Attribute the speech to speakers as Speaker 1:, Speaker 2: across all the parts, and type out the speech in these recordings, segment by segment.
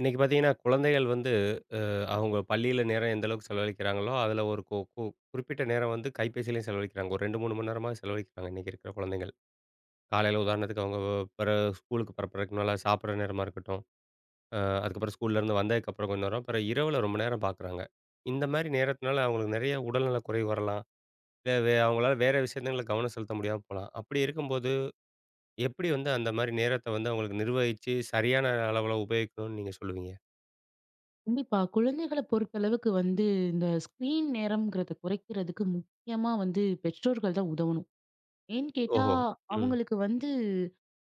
Speaker 1: இன்னைக்கு பார்த்தீங்கன்னா, குழந்தைகள் வந்து அவங்க பள்ளியில நேரம் எந்த அளவுக்கு செலவழிக்கிறாங்களோ, அதில ஒரு கு கு குறிப்பிட்ட நேரம் வந்து கைபேசியிலயும் செலவழிக்கிறாங்க. ஒரு 2, 3 மணி நேரமா செலவழிக்கிறாங்க இன்னைக்கு இருக்கிற குழந்தைகள். காலையில உதாரணத்துக்கு அவங்க பிற ஸ்கூலுக்கு பரப்புறதுக்கு முன்னால சாப்பிடுற நேரமா இருக்கட்டும், அதுக்கப்புறம் ஸ்கூல்லேருந்து வந்ததுக்கப்புறம் கொஞ்ச நேரம், அப்புறம் இரவுல ரொம்ப நேரம் பார்க்குறாங்க. இந்த மாரி நேரத்தினால அவங்களுக்கு நிறைய உடல்நல குறைவு வரலாம். இல்ல அவங்களால வேற விஷயங்கள்ல கவனம் செலுத்த முடியாம போலாம். அப்படி இருக்கும்போது, எப்படி வந்து அந்த மாரி நேரத்த வந்து அவங்களுக்கு நிர்வகிச்சு, சரியான அளவுல உபயோகிக்கணும்னு நீங்க சொல்லுவீங்க?
Speaker 2: கண்டிப்பா. குழந்தைகள பொறுத்தளவுக்கு வந்து இந்த ஸ்க்ரீன் நேரம்ங்கிறத குறைக்கிறதுக்கு முக்கியமா வந்து பெற்றோர்கள் தான் உதவணும். ஏன்னு கேட்டா,
Speaker 1: ஓஹோ! ம்.
Speaker 2: அவங்களுக்கு வந்து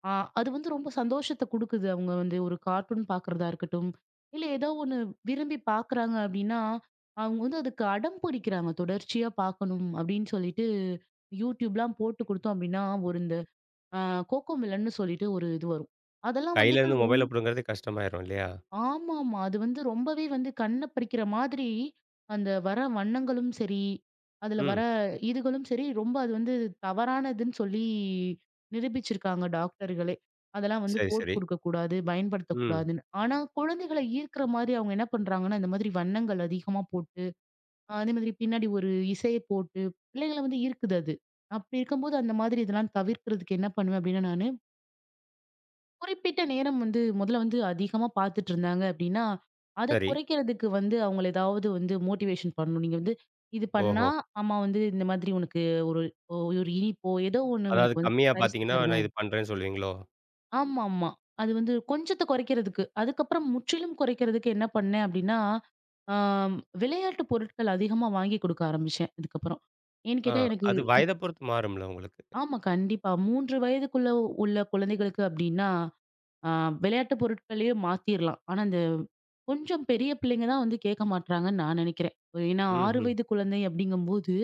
Speaker 2: அ அது வந்து ரொம்ப சந்தோஷத்த குடுக்குது. அவங்க வந்து ஒரு கார்ட்டூன் பார்க்குறதா இருக்கட்டும், இல்ல ஏதோ ஒண்ணு விரும்பி பார்க்குறாங்க அப்படின்னா, அவங்க வந்து அதுக்கு அடம் பிடிக்கிறாங்க. தொடர்ச்சியா பார்க்கணும் அப்படின்னு சொல்லிட்டு YouTubeலாம் போட்டு குடுத்தோம் அப்படின்னா, ஒரு இந்த அ கோகோ மெலன்னு சொல்லிட்டு ஒரு இது வரும். அதெல்லாம் வந்துட்டு
Speaker 1: கையிலேருந்து மொபைல புடுங்குறதே கஷ்டமாயிரும் இல்லையா?
Speaker 2: ஆமாமா. அது வந்து ரொம்பவே வந்து கண்ண பறிக்கிற மாதிரி, அந்த வர வண்ணங்களும் சரி, அதுல வர
Speaker 1: ம்.
Speaker 2: இதுகளும் சரி, ரொம்ப அது வந்து தவறானதுன்னு சொல்லி நிரூபிச்சிருக்காங்க டாக்டர்களே. அதெல்லாம் வந்து
Speaker 1: சரி,
Speaker 2: போட்டு
Speaker 1: சரி.
Speaker 2: குடுக்கக்கூடாது,
Speaker 1: ம்.
Speaker 2: பயன்படுத்தக்கூடாதுன்னு. ஆனா, குழந்தைகள ஈர்க்கிற மாதிரி அவங்க என்ன பண்றாங்கன்னா, இந்த மாதிரி வண்ணங்கள் அதிகமா போட்டு, அதே மாதிரி பின்னாடி ஒரு இசைய போட்டு, பிள்ளைகள வந்து ஈர்க்குது அது. அப்படி இருக்கும்போது, அந்த மாதிரி இதெல்லாம் தவிர்க்கிறதுக்கு என்ன பண்ணுவேன் அப்படின்னா நானு, குறிப்பிட்ட நேரம் வந்து முதல்ல வந்து அதிகமா பார்த்துட்டு இருந்தாங்க அப்படின்னா, அத
Speaker 1: சரி.
Speaker 2: குறைக்கிறதுக்கு வந்து அவங்கள ஏதாவது வந்து மோட்டிவேஷன் பண்ணணும். நீங்க வந்து இது பண்ணா,
Speaker 1: ஓஹோ!
Speaker 2: அம்மா வந்து இந்த மாதிரி உனக்கு ஒரு ஒரு இனிப்போ, ஏதோ ஒண்ணு
Speaker 1: அதாவது
Speaker 2: உனக்கு வந்து
Speaker 1: கம்மியா
Speaker 2: பரிசு
Speaker 1: பார்த்தீங்கன்னா, நான்
Speaker 2: தருவேன்.
Speaker 1: இது பண்றேன்னு சொல்லுவீங்களோ?
Speaker 2: ஆமாமா. அது வந்து கொஞ்சத்த குறைக்கிறதுக்கு. அதுக்கப்புறம் முற்றிலும் குறைக்கிறதுக்கு என்ன பண்ணேன் அப்படின்னா, ஆ விளையாட்டு பொருட்கள் அதிகமா வாங்கி கொடுக்க ஆரம்பிச்சேன் இதுக்கப்புறம். ஏன்னு
Speaker 1: ஆ
Speaker 2: கேட்டா எனக்கு
Speaker 1: அது
Speaker 2: இ
Speaker 1: வயத பொறுத்து மாறும்ல உங்களுக்கு.
Speaker 2: ஆமா கண்டிப்பா. 3 வயதுக்குள்ள உள்ள குழந்தைகளுக்கு அப்படின்னா ஆ விளையாட்டு பொருட்களையே மாத்திரலாம். ஆனா, அந்த கொஞ்சம் பெரிய பிள்ளைங்க தான் வந்து கேட்க மாட்றாங்கன்னு நான் நினைக்கிறேன். ஏன்னா 6
Speaker 1: ம்ஹ்ம்.
Speaker 2: வயது குழந்தை அப்படிங்கும்போது,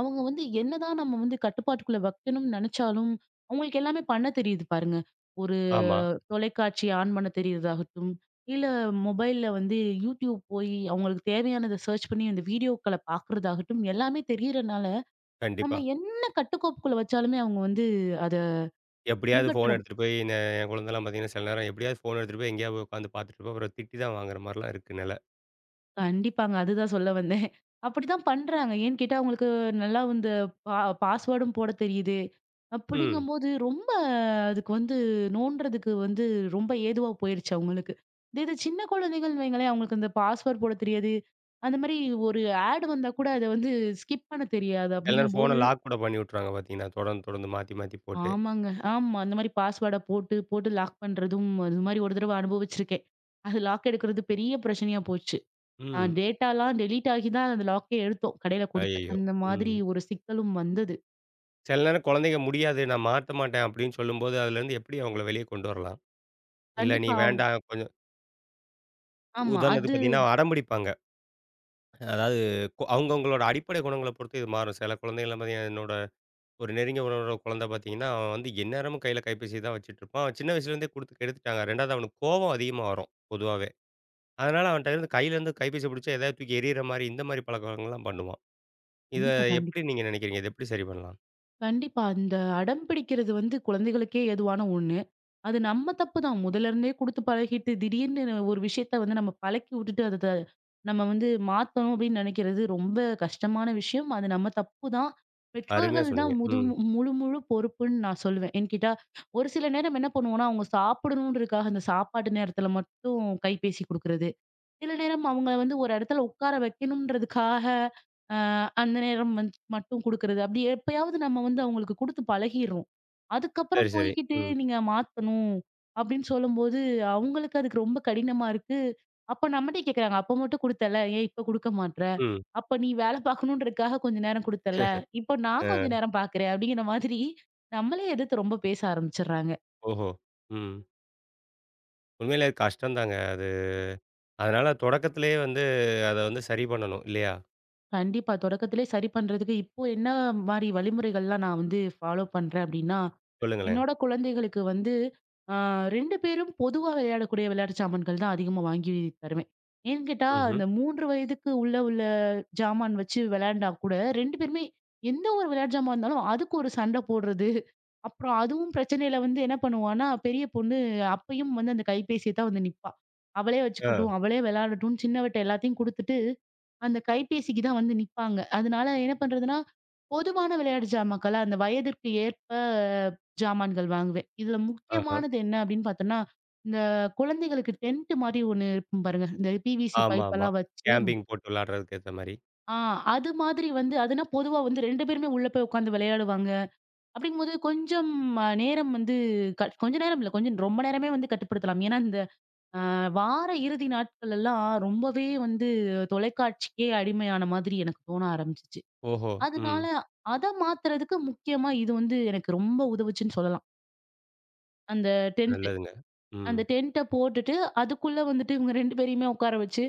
Speaker 2: அவங்க வந்து என்னதான் நம்ம வந்து கட்டுப்பாட்டுக்குள்ள வைக்கணும்னு நினைச்சாலும், அவங்களுக்கு எல்லாமே பண்ண தெரியுது பாருங்க. ஒரு
Speaker 1: ஆமா.
Speaker 2: தொலைக்காட்சி ஆன் பண்ண தெரியறதாகட்டும், இல்ல மொபைல்ல வந்து YouTube போய் அவங்களுக்கு தேவையானத சர்ச் பண்ணி அந்த வீடியோக்கள பார்க்கறதாகட்டும், எல்லாமே தெரியறனால,
Speaker 1: கண்டிப்பா.
Speaker 2: நம்ம என்ன கட்டுக்கோப்புக்குள்ள வச்சாலுமே அவங்க வந்து அத
Speaker 1: எப்படியாவது
Speaker 2: பின்பற்ற
Speaker 1: ஃபோன் எடுத்துட்டு போய் என் குழந்தைலாம் பார்த்தீங்கன்னா, சில நேரம் எப்படியாவது ஃபோன் எடுத்துட்டு போய் எங்கேயாவது போய் உட்காந்து பார்த்துட்டு இருக்கும். அப்புறம் திட்டி தான் வாங்குற மாரிலாம் இருக்கு நெல.
Speaker 2: கண்டிப்பாங்க. அதுதான் சொல்ல வந்தேன். அப்படிதான் பண்றாங்க. ஏன்னு கேட்டா, அவங்களுக்கு நல்லா வந்து பா பாஸ்வேர்டும் போட தெரியுது.
Speaker 1: ம்.
Speaker 2: அப்படிங்கும்போது ரொம்ப அதுக்கு வந்து நோன்றதுக்கு வந்து ரொம்ப ஏதுவா போயிருச்சு அவங்களுக்கு. இதே இது சின்ன குழந்தைகள்னு வைங்களேன், அவங்களுக்கு அந்த பாஸ்வேர்ட் போட தெரியாது. அந்த மாரி ஒரு ஆட் வந்தா கூட அத வந்து ஸ்கிப் பண்ண தெரியாது.
Speaker 1: சில நேரம்
Speaker 2: அப்படிங்கும்போது
Speaker 1: ஃபோன லாக் கூட பண்ணி விட்டுருவாங்க பார்த்தீங்கன்னா, தொடர்ந்து, தொடர்ந்து மாத்தி, மாத்தி போட்டு.
Speaker 2: ஆமாங்க. ஆமா. அந்த மாரி பாஸ்வேர்ட போட்டு, போட்டு லாக் பண்றதும் அது மாரி ஒரு தடவ அனுபவிச்சிருக்கேன். அது லாக் எடுக்கிறது பெரிய பிரச்சனையா போச்சு.
Speaker 1: ம்.
Speaker 2: டேட்டாலாம் டெலீட் ஆகி தான் அந்த லாக்கே எடுத்தோம். கடையில குடுத்து.
Speaker 1: ஐயய்யோ!
Speaker 2: அந்த
Speaker 1: ம்.
Speaker 2: மாதிரி ஒரு சிக்கலும் வந்தது.
Speaker 1: சில நேரம் குழந்தைங்க முடியாது, நான் மாத்த மாட்டேன் அப்படின்னு சொல்லும்போது, அதுலேருந்து எப்படி அவங்கள வெளிய கொண்டு வரலாம்? இல்ல நீ
Speaker 2: கண்டிப்பா.
Speaker 1: வேண்டாம் கொஞ்சம்
Speaker 2: ஆமா.
Speaker 1: உதாரணத்துக்கு
Speaker 2: அது
Speaker 1: பார்த்தீங்கன்னா, அடம் பிடிப்பாங்க. அதாவது அவங்கவங்களோட அடிப்படை குணங்கள பொறுத்து இது மாறும். சில குழந்தைகள்லாம் பார்த்தீங்கன்னா, என்னோட ஒரு நெருங்கிய உறவோட குழந்தை பார்த்தீங்கன்னா, அவன் வந்து எந்நேரமும் கையில கைபேசி தான் வச்சுட்டு இருப்பான். அவன் சின்ன வயசுலேருந்தே குடுத்து கெடுத்துட்டாங்க. 2வது அவனுக்கு கோவம் அதிகமா வரும் பொதுவாவே. அதனால அவன்ட்ட இருந்து கையிலேருந்து கைபேசிய பிடிச்சு எதாவது தூக்கி எறியிற மாரி, இந்த மாரி பழக்கவழக்கங்கள்லாம் பண்ணுவான். இத
Speaker 2: கண்டிப்பா,
Speaker 1: எப்படி
Speaker 2: கண்டிப்பா.
Speaker 1: நீங்க நினைக்கிறீங்க? இத எப்படி சரி பண்ணலாம்?
Speaker 2: கண்டிப்பா. அந்த அடம் பிடிக்கிறது வந்து குழந்தைகளுக்கே ஏதுவான ஒண்ணு. அது நம்ம தப்பு தான். முதல்ல இருந்தே குடுத்து பழகிட்டு, திடீர்னு ஒரு விஷயத்த வந்து நம்ம பழக்கி விட்டுட்டு, அத நம்ம வந்து மாத்தணும் அப்படின்னு நெனைக்கிறது ரொம்ப கஷ்டமான விஷயம். அது நம்ம தப்பு தான்.
Speaker 1: அருமையா
Speaker 2: பெற்றோர்கள் தான்
Speaker 1: சொன்னீங்க. ம்.
Speaker 2: முழு முழு பொறுப்புன்னு நான் சொல்லுவேன். ஏன்னு கேட்டா, ஒரு சில நேரம் என்ன பண்ணுவோம்னா, அவங்க சாப்பிடணுன்றதுக்காக அந்த சாப்பாட்டு நேரத்தில மட்டும் கைபேசி குடுக்குறது. சில நேரம் அவங்கள வந்து ஒரு இடத்துல உட்கார வைக்கணும்ன்றதுக்காக, அ அந்த நேரம் வந்து மட்டும் குடுக்குறது. அப்படி எப்பயாவது நம்ம வந்து அவங்களுக்கு குடுத்து பழகிர்றோம். அதுக்கப்புறம்
Speaker 1: சரி, சரி.
Speaker 2: போய்க்கிட்டு
Speaker 1: ம்,
Speaker 2: நீங்க மாத்தணும் அப்படின்னு சொல்லும்போது, அவங்களுக்கு அதுக்கு ரொம்ப கடினமா இருக்கு. அப்ப நம்மட்டயே கேட்கறாங்க. "அப்ப மட்டும் குடுத்தல்ல, ஏன் இப்ப குடுக்க மாட்ற?
Speaker 1: ம்.
Speaker 2: அப்ப நீ வேலை பார்க்கணுன்றதுக்காக கொஞ்ச நேரம் குடுத்தல்ல, இப்ப நான் கொஞ்ச
Speaker 1: அ
Speaker 2: நேரம் பார்க்கிறேன்." அப்படிங்கிற மாதிரி நம்மளே எதிர்த்து ரொம்ப பேச ஆரம்பிச்சுடுறாங்க.
Speaker 1: ஓஹோ! ம். உண்மையிலே அது கஷ்டம் தாங்க அது. அதனால தொடக்கத்திலேயே வந்து அத வந்து சரி பண்ணணும் இல்லையா?
Speaker 2: கண்டிப்பா. தொடக்கத்திலே சரி பண்றதுக்கு இப்போ என்ன மாரி வழிமுறைகள்லாம் நான் வந்து ஃபாலோ பண்றேன் அப்டின்னா,
Speaker 1: சொல்லுங்களேன்.
Speaker 2: என்னோட குழந்தைகளுக்கு வந்து ஆ 2 பேரும் பொதுவா விளையாடக்கூடிய விளையாட்டு சாமான்கள் தான் அதிகமா வாங்கி தருவேன். ஏன்னு கேட்டா,
Speaker 1: ம்ஹ்ம்.
Speaker 2: அந்த 3 வயதுக்கு உள்ள உள்ள ஜாமான் வச்சு விளையாண்டா கூட 2 பேருமே எந்த ஒரு விளையாட்டு ஜாமான் இருந்தாலும் அதுக்கு ஒரு சண்டை போடுறது. அப்புறம் அதுவும் பிரச்சனையில வந்து என்ன பண்ணுவான்னா, பெரிய பொண்ணு அப்பயும் வந்து அந்த கைபேசிய தான் வந்து நிப்பா. அவளே
Speaker 1: ஆ.
Speaker 2: வச்சுக்கட்டும், அவளே விளையாடட்டும்னு சின்னவட்ட எல்லாத்தையும் குடுத்துட்டு, அந்த கைபேசிக்கு தான் வந்து நிப்பாங்க. அதனால என்ன பண்றதுன்னா, பொதுவான விளையாட்டு ஜாமாக்கள அந்த வயதிற்கு ஏற்ப ஜாமான்கள் வாங்குவேன். இதுல
Speaker 1: ஆஹா.
Speaker 2: முக்கியமானது என்ன அப்படின்னு பார்த்தோம்னா, இந்த குழந்தைகளுக்கு டென்ட் மாரி ஒண்ணு இருக்கும் பாருங்க. இந்த பிவிசி பைப்
Speaker 1: ஆமாமா.
Speaker 2: எல்லாம் வச்சு
Speaker 1: கேம்பிங் போட்டு விளையாடுறதுக்கு ஏத்த மாரி.
Speaker 2: ஆ அது மாதிரி வந்து அதுனா பொதுவா வந்து 2 பேருமே உள்ள போய் உட்காந்து விளையாடுவாங்க. அப்படிங்கும்போது கொஞ்சம் அ நேரம் வந்து க கொஞ்ச நேரம் இல்ல. கொஞ்சம் ரொம்ப நேரமே வந்து கட்டுப்படுத்தலாம். ஏன்னா, இந்த அ வார இறுதி நாட்கள் எல்லாம் ரொம்பவே வந்து தொலைக்காட்சிக்கே அடிமையான மாதிரி எனக்கு தோண ஆரம்பிச்சுச்சு.
Speaker 1: ஓஹோ! ம்.
Speaker 2: அதனால அத மாத்துறதுக்கு முக்கியமா இது வந்து எனக்கு ரொம்ப உதவுச்சுன்னு சொல்லலாம். அந்த டென்ட்.
Speaker 1: நல்லதுங்க. ம்.
Speaker 2: அந்த டென்ட்ட போட்டுட்டு, அதுக்குள்ள வந்துட்டு இவங்க 2 பேரையுமே உட்கார வச்சு,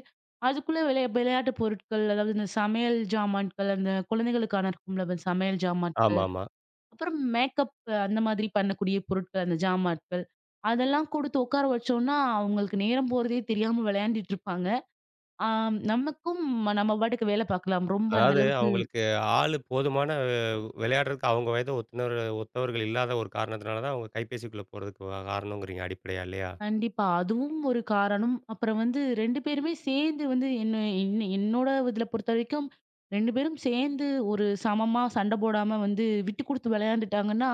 Speaker 2: அதுக்குள்ள விளையாட்டு பொருட்கள், அதாவது இந்த சமையல் ஜாமான்கள், அந்த குழந்தைகளுக்கான இருக்கும்ல அந்த சமையல் ஜாமான்கள்,
Speaker 1: ஆமாமா.
Speaker 2: அப்புறம் மேக்கப் அந்த மாதிரி பண்ணக்கூடிய பொருட்கள், அந்த ஜாமான்கள், அதெல்லாம் குடுத்து உட்கார வச்சோம்னா, அவங்களுக்கு நேரம் போறதே தெரியாம விளையாண்டுட்டு இருப்பாங்க. ஆ நமக்கும் நம்ம பாட்டுக்கு வேல பார்க்கலாம். ரொம்ப அந்த
Speaker 1: அதாவது
Speaker 2: அளவுக்கு
Speaker 1: அவங்களுக்கு ஆளு போதுமான விளையாடுறதுக்கு அவங்க வயது ஒத்துனர் ஒத்தவர்கள் இல்லாத ஒரு காரணத்தினால தான் அவங்க கைபேசிக்குள்ள போறதுக்கு காரணங்கிறீங்க அடிப்படையா இல்லையா?
Speaker 2: கண்டிப்பா. அதுவும் ஒரு காரணம். அப்புறம் வந்து 2 பேருமே சேர்ந்து வந்து என்ன என்ன என்னோட இதுல பொறுத்தவரைக்கும் 2 பேரும் சேர்ந்து ஒரு சமமா சண்டை போடாம வந்து விட்டுக் குடுத்து விளையாண்டுட்டாங்கன்னா,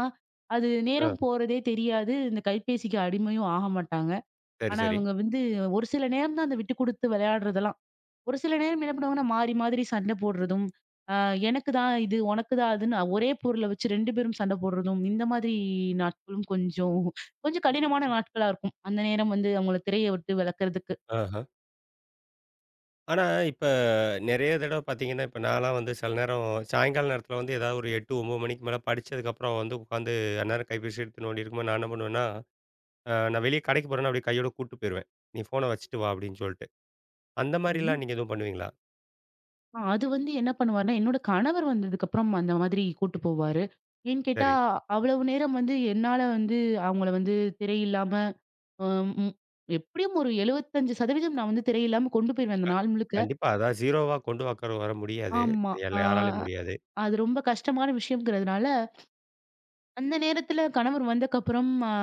Speaker 2: அது
Speaker 1: ஆ.
Speaker 2: நேரம் போறதே தெரியாது. இந்த கைபேசிக்கு அடிமையும் ஆக மாட்டாங்க.
Speaker 1: சரி,
Speaker 2: ஆனா,
Speaker 1: சரி.
Speaker 2: அவங்க வந்து ஒரு சில நேரம் தான் அந்த விட்டுக் குடுத்து விளையாடுறதெல்லாம். ஒரு சில நேரம் என்ன பண்ணுவாங்கன்னா, மாறி மாதிரி சண்டை போடுறதும், அ எனக்கு தான் இது, உனக்கு தான் அதுன்னு ஒரே பொருள வச்சு 2 பேரும் சண்டை போடுறதும், இந்த மாதிரி நாட்களும் கொஞ்சம் கொஞ்சம் கடினமான நாட்களா இருக்கும். அந்த நேரம் வந்து அவங்கள திரைய விட்டு விலக்கறதுக்கு.
Speaker 1: ஆஹா. ஆனா இப்ப நெறைய தடவ பார்த்தீங்கன்னா, இப்ப நான்லாம் வந்து சில நேரம் சாயங்கால நேரத்தில வந்து ஏதாவது ஒரு 8, 9 மணிக்கு மேல படிச்சதுக்கப்புறம் வந்து உட்காந்து அந்நேரம் கைபேசி எடுத்து நோண்டியிருக்கும்போது நான் என்ன பண்ணுவேன்னா நான் வெளிய கடைக்கு போறேன்னா, அப்படியே கையோட கூட்டு போயிருவேன். "நீ ஃபோன வச்சுட்டு வா" அப்படின்னு சொல்ட்டு. அந்த மாரிலாம்
Speaker 2: ம்.
Speaker 1: நீங்க எதுவும் பண்ணுவீங்களா?
Speaker 2: அது வந்து என்ன பண்ணுவாருன்னா, என்னோட கணவர் வந்ததுக்கப்புறம் அந்த மாதிரி கூட்டு போவாரு. ஏன்னு கேட்டா,
Speaker 1: சரி.
Speaker 2: அவ்வளவு நேரம் வந்து என்னால வந்து அவங்கள வந்து திரையில்லாம அ ம் எப்படியும் ஒரு 75% நான் வந்து திரையில்லாம கொண்டு போயிருவேன் அந்த நாள் முழுக்க.
Speaker 1: கண்டிப்பா. அதான் 0வா கொண்டு வாக்கற வர முடியாது.
Speaker 2: ஆமா.
Speaker 1: எல்லா
Speaker 2: ஆ.
Speaker 1: யாராலயும் முடியாது.
Speaker 2: அது ரொம்ப கஷ்டமான விஷயம்ங்கிறதுனால, அந்த நேரத்துல கணவர் வந்தக்கப்புறம் அ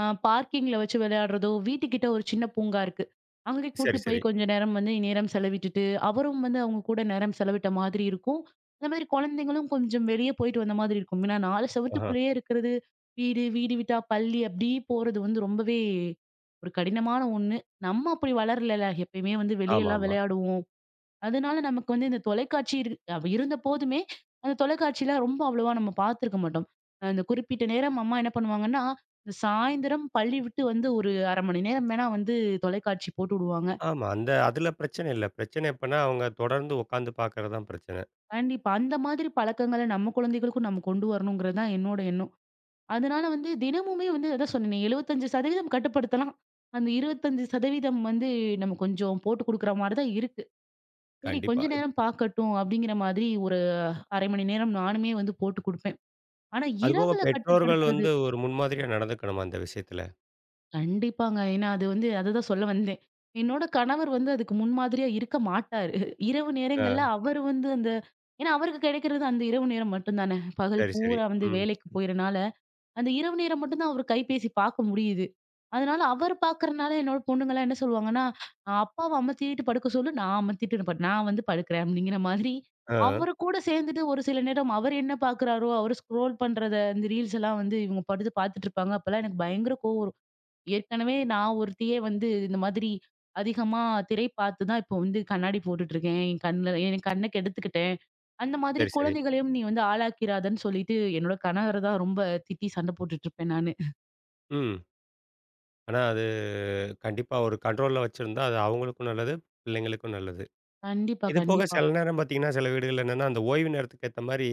Speaker 2: அ பார்க்கிங்ல வச்சு விளையாடுறதோ, வீட்டுக்கிட்ட ஒரு சின்ன பூங்கா இருக்கு. அங்கே கூட்டு
Speaker 1: சரி,
Speaker 2: போய்
Speaker 1: சரி.
Speaker 2: கொஞ்ச நேரம் வந்து நேரம் செலவிட்டுட்டு, அவரும் வந்து அவங்க கூட நேரம் செலவிட்ட மாதிரி இருக்கும். அந்த மாதிரி குழந்தைங்களும் கொஞ்சம் வெளிய போயிட்டு வந்த மாதிரி இருக்கும். ஏன்னா 4
Speaker 1: ஆஹா.
Speaker 2: செவுத்துக்குள்ளேயே இருக்கிறது, வீடு விட்டா பள்ளி அப்படி போறது வந்து ரொம்பவே ஒரு கடினமான ஒண்ணு. நம்ம அப்படி வளரலல. எப்பயுமே வந்து
Speaker 1: ஆமாமா.
Speaker 2: வெளியலாம்
Speaker 1: ஆமா.
Speaker 2: விளையாடுவோம். அதனால நமக்கு வந்து இந்த தொலைக்காட்சி அப்ப இருந்த போதுமே, அந்த தொலைக்காட்சியில ரொம்ப அவ்வளவா நம்ம பார்த்துருக்க மாட்டோம். அந்த குறிப்பிட்ட நேரம் அம்மா என்ன பண்ணுவாங்கன்னா, இந்த சாயந்தரம் பள்ளி விட்டு வந்து ஒரு 1/2 மணி நேரம் வேணா வந்து தொலைக்காட்சி போட்டு விடுவாங்க.
Speaker 1: ஆமா அந்த அதுல பிரச்சனை இல்ல. பிரச்சனை எப்பன்னா, அவங்க தொடர்ந்து உட்காந்து பார்க்கறது தான் பிரச்சனை.
Speaker 2: கண்டிப்பா அந்த மாதிரி பழக்கங்கள நம்ம குழந்தைகளுக்கும் நம்ம கொண்டு வரணுங்கிறது தான் என்னோட எண்ணம். அதனால வந்து தினமுமே வந்து அதான் சொன்னேனே 75% கட்டுப்படுத்தலாம். அந்த 25% வந்து நம்ம கொஞ்சம் போட்டு குடுக்குற மாரி தான் இருக்கு. சரி கொஞ்ச
Speaker 1: கண்டிப்பா.
Speaker 2: நேரம் பார்க்கட்டும் அப்படிங்கிற மாதிரி ஒரு 1/2 மணி நேரம் நானுமே வந்து போட்டு குடுப்பேன். ஆனா
Speaker 1: அதுபோக
Speaker 2: இரவுல
Speaker 1: பெற்றோர்கள்
Speaker 2: கட்டுப்படுத்துறது
Speaker 1: வந்து ஒரு முன்மாதிரியா நடந்துக்கணுமா அந்த விஷயத்துல?
Speaker 2: கண்டிப்பாங்க. ஏன்னா அது வந்து அததான் சொல்ல வந்தேன். என்னோட கணவர் வந்து அதுக்கு முன்மாதிரியா இருக்க மாட்டாரு. இரவு
Speaker 1: ஆ.
Speaker 2: நேரங்கள்ல அவரு வந்து அந்த ஏன்னா அவருக்கு கிடைக்கிறது அந்த இரவு நேரம் மட்டும் தானே. பகல்
Speaker 1: சரி, சரி.
Speaker 2: பூரா வந்து
Speaker 1: ம்.
Speaker 2: வேலைக்கு போயிறனால அந்த இரவு நேரம் மட்டும் தான் அவரு கைபேசி பார்க்க முடியுது. அதனால அவர் பார்க்கறனால என்னோட பொண்ணுங்கலாம் என்ன சொல்லுவாங்கன்னா, "அப்பாவ அமத்திட்டு படுக்க சொல்லு, நான் அமத்திட்டு நான் வந்து படுக்கிறேன்." அப்படிங்கிற மாதிரி
Speaker 1: ஆ.
Speaker 2: அவரு கூட சேர்ந்துட்டு ஒரு சில நேரம் அவர் என்ன பார்க்குறாரோ, அவரு ஸ்க்ரோல் பண்றத இந்த ரீல்ஸ் எல்லாம் வந்து இவங்க படுத்து பார்த்துட்டு இருப்பாங்க. அப்பலாம் எனக்கு பயங்கர கோவம் வரும். ஏற்கனவே நான் ஒருத்தியே வந்து இந்த மாதிரி அதிகமா திரை பார்த்து தான் இப்போ வந்து கண்ணாடி போட்டுட்டு இருக்கேன். என் கண்ண கெடுத்துக்கிட்டேன். அந்த மாதிரி
Speaker 1: சரி, சரி.
Speaker 2: குழந்தைகளையும் நீ வந்து ஆளாக்கிறாதன்னு சொல்லிட்டு என்னோட கணவர தான் ரொம்ப திட்டி சண்டை போட்டுட்டு இருப்பேன் நானு.
Speaker 1: ம். ஆனா அது கண்டிப்பா ஒரு கண்ட்ரோல்ல வச்சிருந்தா, அது அவங்களுக்கும் நல்லது, பிள்ளைங்களுக்கும் நல்லது.
Speaker 2: கண்டிப்பா,
Speaker 1: இது போக
Speaker 2: கண்டிப்பா.
Speaker 1: சில நேரம் பார்த்தீங்கன்னா, சில வீடுகள்ல என்னன்னா, அந்த ஓய்வு நேரத்துக்கு ஏத்த மாரி,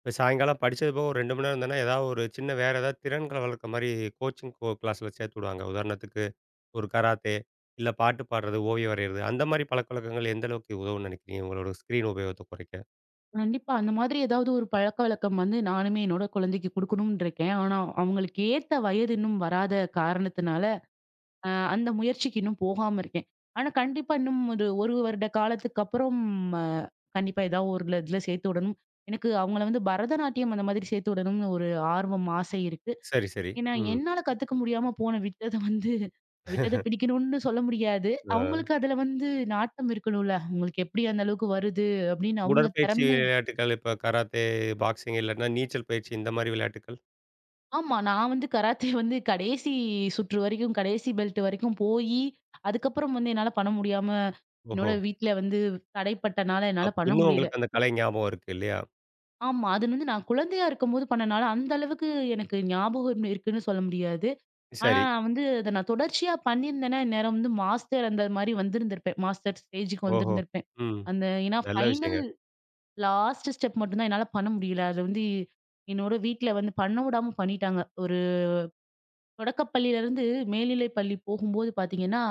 Speaker 1: இப்ப சாயங்காலம் படிச்சது போக ஒரு 2 மணி நேரம் இருந்தோம்னா, ஏதாவது ஒரு சின்ன வேற ஏதாவது திறன்கள வளர்க்க மாரி கோச்சிங் கிளாஸ்ல சேர்த்து விடுவாங்க. உதாரணத்துக்கு ஒரு கராத்தே, இல்ல பாட்டு பாடுறது, ஓவியம் வரையிறது. அந்த மாரி பழக்கவழக்கங்கள் எந்த அளவுக்கு உதவும்னு நினைக்கிறீங்க? உங்களோட ஸ்க்ரீன் உபயோகத்த குறைக்க?
Speaker 2: கண்டிப்பா. அந்த மாதிரி ஏதாவது ஒரு பழக்கவழக்கம் வந்து நானுமே என்னோட குழந்தைக்கு குடுக்கணும்னு இருக்கேன். ஆனா அவங்களுக்கு ஏத்த வயது இன்னும் வராத காரணத்தினால, அ அந்த முயற்சிக்கு இன்னும் போகாம இருக்கேன். ஆனா கண்டிப்பா இன்னும் ஒரு 1 வருட காலத்துக்கு அப்புறம் அ கண்டிப்பா ஏதாவது ஒரு இதுல சேர்த்து விடணும். எனக்கு அவங்கள வந்து பரதநாட்டியம் அந்த மாதிரி சேர்த்து விடணும்னு ஒரு ஆர்வம், ஆசை இருக்கு.
Speaker 1: சரி, சரி.
Speaker 2: ஏன்னா,
Speaker 1: ம்.
Speaker 2: என்னால கத்துக்க முடியாம போன விட்டத பிடிக்கணும்னு சொல்ல முடியாது.
Speaker 1: அ
Speaker 2: அவங்களுக்கு அதுல வந்து நாட்டம் இருக்கணும்ல. அவங்களுக்கு எப்படி அந்த அளவுக்கு வருது அப்படின்னு அவங்க
Speaker 1: உடற்பயிற்சி
Speaker 2: திறமை
Speaker 1: விளையாட்டுகள் இப்ப கராத்தே, பாக்ஸிங் இல்லாட்டினா நீச்சல் பயிற்சி இந்த மாரி விளையாட்டுக்கள்?
Speaker 2: ஆமா. நான் வந்து கராத்தே வந்து கடைசி சுற்று வரைக்கும், கடைசி பெல்ட் வரைக்கும் போயி, அதுக்கப்புறம் வந்து என்னால பண்ண முடியாம,
Speaker 1: ஓஹோ!
Speaker 2: என்னோட வீட்ல வந்து தடைப்பட்டனால என்னால பண்ண
Speaker 1: இன்னும்
Speaker 2: முடியல.
Speaker 1: உங்களுக்கு அந்த கலை ஞாபகம் இருக்கு இல்லையா?
Speaker 2: ஆமா. அது வந்து நான் குழந்தையா இருக்கும்போது பண்ணனால, அந்த அளவுக்கு எனக்கு ஞாபகம் இருக்குன்னு சொல்ல முடியாது. ஆனா,
Speaker 1: சரி.
Speaker 2: நான் வந்து அத நான் தொடர்ச்சியா பண்ணியிருந்தேன்னா, இந்நேரம் வந்து மாஸ்டர் அந்த மாரி வந்திருந்திருப்பேன். மாஸ்டர் ஸ்டேஜுக்கு
Speaker 1: ஓஹோ!
Speaker 2: வந்திருந்திருப்பேன்.
Speaker 1: ம்.
Speaker 2: அந்த ஏன்னா
Speaker 1: நல்ல
Speaker 2: ஃபைனல்
Speaker 1: விஷயங்க.
Speaker 2: லாஸ்ட் ஸ்டெப் மட்டும் தான் என்னால பண்ண முடியல. அது வந்து என்னோட வீட்ல வந்து பண்ண விடாம பண்ணிட்டாங்க. ஒரு தொடக்கப்பள்ளியிலருந்து மேல்நிலை பள்ளி போகும்போது பார்த்தீங்கன்னா,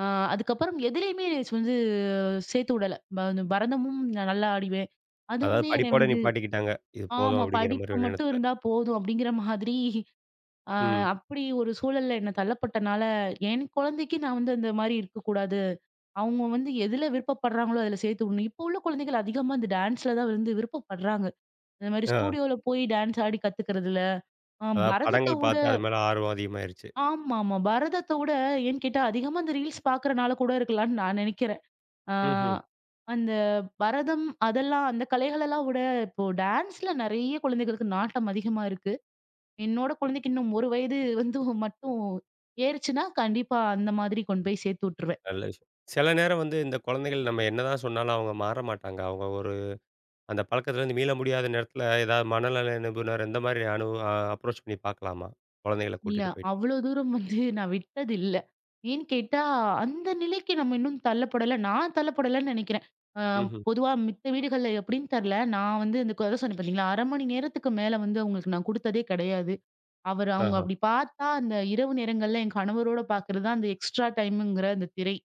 Speaker 2: அ அதுக்கப்புறம் எதுலயுமே என்னைய வந்து சேர்த்து விடல. இந்த பரதமும் நான் நல்லா ஆடிவேன்.
Speaker 1: அதாவது
Speaker 2: அதுவுமே என்னை
Speaker 1: படிப்போட
Speaker 2: வந்து
Speaker 1: நிப்பாட்டிக்கிட்டாங்க. இது போதும்
Speaker 2: ஆமா
Speaker 1: அப்படிங்கிற மாரி
Speaker 2: படிப்பு
Speaker 1: ஒரு
Speaker 2: மட்டும்
Speaker 1: எண்ணத்துல.
Speaker 2: இருந்தா போதும் அப்படிங்கிற மாதிரி ஆ
Speaker 1: ம்.
Speaker 2: அப்படி ஒரு சூழல்ல என்ன தள்ளப்பட்டனால, என் குழந்தைக்கு நான் வந்து அந்த மாரி இருக்கக்கூடாது. அவங்க வந்து எதுல விருப்பப்படுறாங்களோ அதுல சேர்த்து விடணும். இப்போ உள்ள குழந்தைகள் அதிகமா இந்த டான்ஸ்ல தான் வந்து விருப்பப்படுறாங்க. இந்த மாரி
Speaker 1: ஆ.
Speaker 2: ஸ்டூடியோல போய் டான்ஸ் ஆடி கத்துக்கிறதுல,
Speaker 1: அதாவது
Speaker 2: பரதத்த
Speaker 1: படங்கள்
Speaker 2: விட
Speaker 1: பார்த்து அது மேல ஆர்வம் அதிகமாயிருச்சு.
Speaker 2: ஆமாமா. பரதத்த விட ஏன்னு கேட்டா அதிகமா இந்த ரீல்ஸ் பார்க்கறனால கூட இருக்கலாம்னு நான் நெனைக்கிறேன். ஆ
Speaker 1: ம்ஹ்ம்.
Speaker 2: அந்த பரதம் அதெல்லாம் அந்த கலைகளெல்லாம் விட இப்போ டான்ஸ்ல நெறைய குழந்தைகளுக்கு நாட்டம் அதிகமா இருக்கு. என்னோட குழந்தைக்கு இன்னும் 1 வயது வந்து மட்டும் ஏறுச்சுன்னா, கண்டிப்பா அந்த மாதிரி கொண்டு போய் சேர்த்து விட்டுருவேன்.
Speaker 1: நல்ல விஷயம். சில நேரம் வந்து இந்த குழந்தைகள் நம்ம என்னதான் சொன்னாலும் அவங்க மாற மாட்டாங்க. அவங்க ஒரு அந்த பழக்கத்துலேருந்து மீள முடியாத நேரத்துல ஏதாவது மனநல நிபுணர் இந்த மாரி அனு அ அப்ரோச் பண்ணி பார்க்கலாமா? குழந்தைகள
Speaker 2: இல்ல,
Speaker 1: கூட்டிட்டு போயிட்டு.
Speaker 2: அவ்ளோ தூரம் வந்து நான் விட்டது இல்ல. ஏன்னு கேட்டா, அந்த நிலைக்கு நம்ம இன்னும் தள்ளப்படல. நான் தள்ளப்படலன்னு நெனைக்கிறேன். அ
Speaker 1: ம்ஹ்ம்.
Speaker 2: பொதுவா மித்த வீடுகள்ல எப்படின்னு தெர்ல. நான் வந்து அந்த கத சொன்னேன் பார்த்தீங்களா, 1/2 மணி நேரத்துக்கு மேல வந்து அவங்களுக்கு நான் குடுத்ததே கிடையாது. அவரு அவங்க
Speaker 1: ஆஹா.
Speaker 2: அப்படி பார்த்தா, அந்த இரவு நேரங்கள்ல என் கணவரோட பார்க்கிறது தான் அந்த எக்ஸ்ட்ரா டைம்ங்கிற அந்த திரை.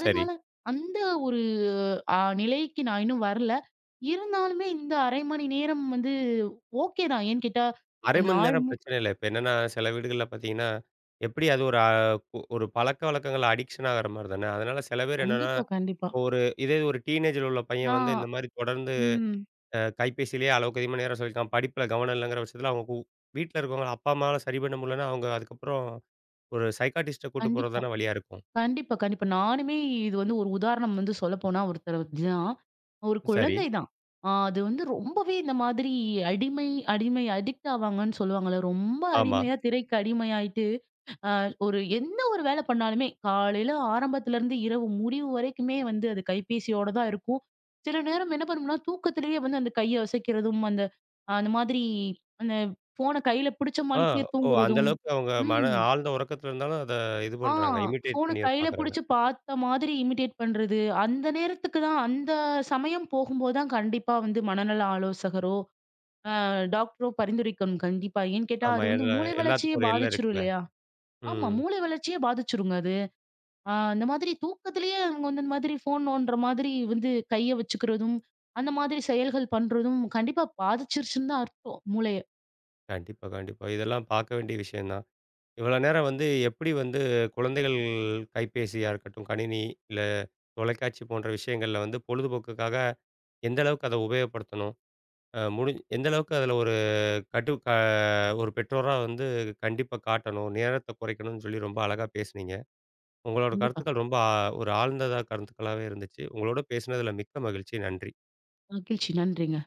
Speaker 1: சரி.
Speaker 2: அந்த ஒரு ஆ நிலைக்கு நான் இன்னும் வரல. இருந்தாலுமே இந்த 1/2 மணி நேரம் வந்து ஓகே தான். ஏன்னு கேட்டா,
Speaker 1: 1/2 மணி
Speaker 2: நாள்
Speaker 1: நேரம்
Speaker 2: மு
Speaker 1: பிரச்சனை இல்ல. இப்ப என்னன்னா சில வீடுகள்ல பார்த்தீங்கன்னா, எப்படி அது ஒரு பழக்கவழக்கங்கள் அடிக்ஷன் ஆகுற மாரி தானே. அதனால சில பேர் என்னன்னா
Speaker 2: கண்டிப்பா, கண்டிப்பா.
Speaker 1: ஒரு இதே இது ஒரு டீனேஜ்ல உள்ள பையன் வந்து
Speaker 2: நான்
Speaker 1: இந்த மாரி தொடர்ந்து
Speaker 2: ம்.
Speaker 1: கைபேசியிலேயே அளவுக்கு அதிகமா நேரம் செலவழிக்கிறான். படிப்புல கவனம் இல்லங்கிற பட்சத்தில அவங்க வீட்ல இருக்கவங்க அப்பா, அம்மாவால சரி பண்ண முடியலன்னா, அவங்க அதுக்கப்புறம் ஒரு சைக்காட்டிஸ்ட்ட கூட்டு போறது
Speaker 2: கண்டிப்பா.
Speaker 1: தானே வழியா இருக்கும்.
Speaker 2: கண்டிப்பா, கண்டிப்பா. நானுமே இது வந்து ஒரு உதாரணம் வந்து சொல்லப்போனா ஒருத்தர வச்சு தான். ஒரு
Speaker 1: சரி.
Speaker 2: குழந்தை தான். அது வந்து ரொம்பவே இந்த மாதிரி அடிமை அடிமை அடிக்ட் ஆவாங்கன்னு சொல்லுவாங்கல்ல. ரொம்ப
Speaker 1: ஆமா.
Speaker 2: அடிமையா திரைக்கு அடிமையாயிட்டு அ ஒரு எந்த ஒரு வேலை பண்ணாலுமே, காலையில ஆரம்பத்துலருந்து இரவு முடிவு வரைக்குமே வந்து அது கைபேசியோட தான் இருக்கும். சில நேரம் என்ன பண்ணும்னா, தூக்கத்திலேயே வந்து அந்த கைய அசைக்கிறதும், அந்த அந்த மாதிரி அந்த ஃபோன கையில பிடிச்ச
Speaker 1: ஆ.
Speaker 2: மாணிக்கே
Speaker 1: ஓ! அந்த
Speaker 2: தூங்குறதும்.
Speaker 1: அளவுக்கு அவங்க மன
Speaker 2: ம்.
Speaker 1: ஆழ்ந்த உறக்கத்துல இருந்தாலும் அத இது
Speaker 2: ஆ
Speaker 1: பண்றாங்க. இமிட்டேட்
Speaker 2: ஃபோன
Speaker 1: பண்ணி
Speaker 2: கையில
Speaker 1: பாக்குறாங்க.
Speaker 2: பிடிச்சு பார்த்த மாதிரி இமிட்டேட் பண்றது. அந்த நேரத்துக்கு தான் அந்த சமயம் போகும்போது தான் கண்டிப்பா வந்து மனநல ஆலோசகரோ, டாக்டரோ பரிந்துரைக்கணும் கண்டிப்பா. ஏன்னு கேட்டா,
Speaker 1: ஆமா.
Speaker 2: அது வந்து
Speaker 1: எல்லா
Speaker 2: மூளை வளர்ச்சியே
Speaker 1: எல்லாத்துக்கும் ஒரு எல்லை
Speaker 2: பாதிச்சுரும்
Speaker 1: இருக்குல்ல.
Speaker 2: இல்லையா? ஆமா.
Speaker 1: ம்.
Speaker 2: மூளை வளர்ச்சியே பாதிச்சுருங்க அது. அந்த மாதிரி தூக்கத்திலேயே அவங்க வந்து இந்த மாதிரி ஃபோன் நோண்டுற மாதிரி வந்து கைய வச்சுக்கிறதும், அந்த மாதிரி செயல்கள் பண்றதும் கண்டிப்பா பாதிச்சிருச்சுன்னு தான் அர்த்தம் மூளைய.
Speaker 1: கண்டிப்பா, கண்டிப்பா. இதெல்லாம் பார்க்க வேண்டிய விஷயம் தான். இவ்வளோ நேரம் வந்து எப்படி வந்து குழந்தைகள் கைபேசியா இருக்கட்டும், கணினி இல்ல தொலைக்காட்சி போன்ற விஷயங்கள்ல வந்து பொழுதுபோக்குக்காக எந்த அளவுக்கு அத உபயோகப்படுத்தணும்? அ முடி எந்த அளவுக்கு அதில ஒரு கட்டு க ஒரு பெற்றோரா வந்து கண்டிப்பா காட்டணும், நேரத்த குறைக்கணும்னு சொல்லி ரொம்ப அழகா பேசுனீங்க. உங்களோட
Speaker 2: கண்டிப்பா.
Speaker 1: கருத்துக்கள் ரொம்ப ஒரு ஆழ்ந்ததா கருத்துக்களாவே இருந்துச்சு. உங்களோட பேசினதில மிக்க மகிழ்ச்சி. நன்றி.
Speaker 2: மகிழ்ச்சி. நன்றிங்க.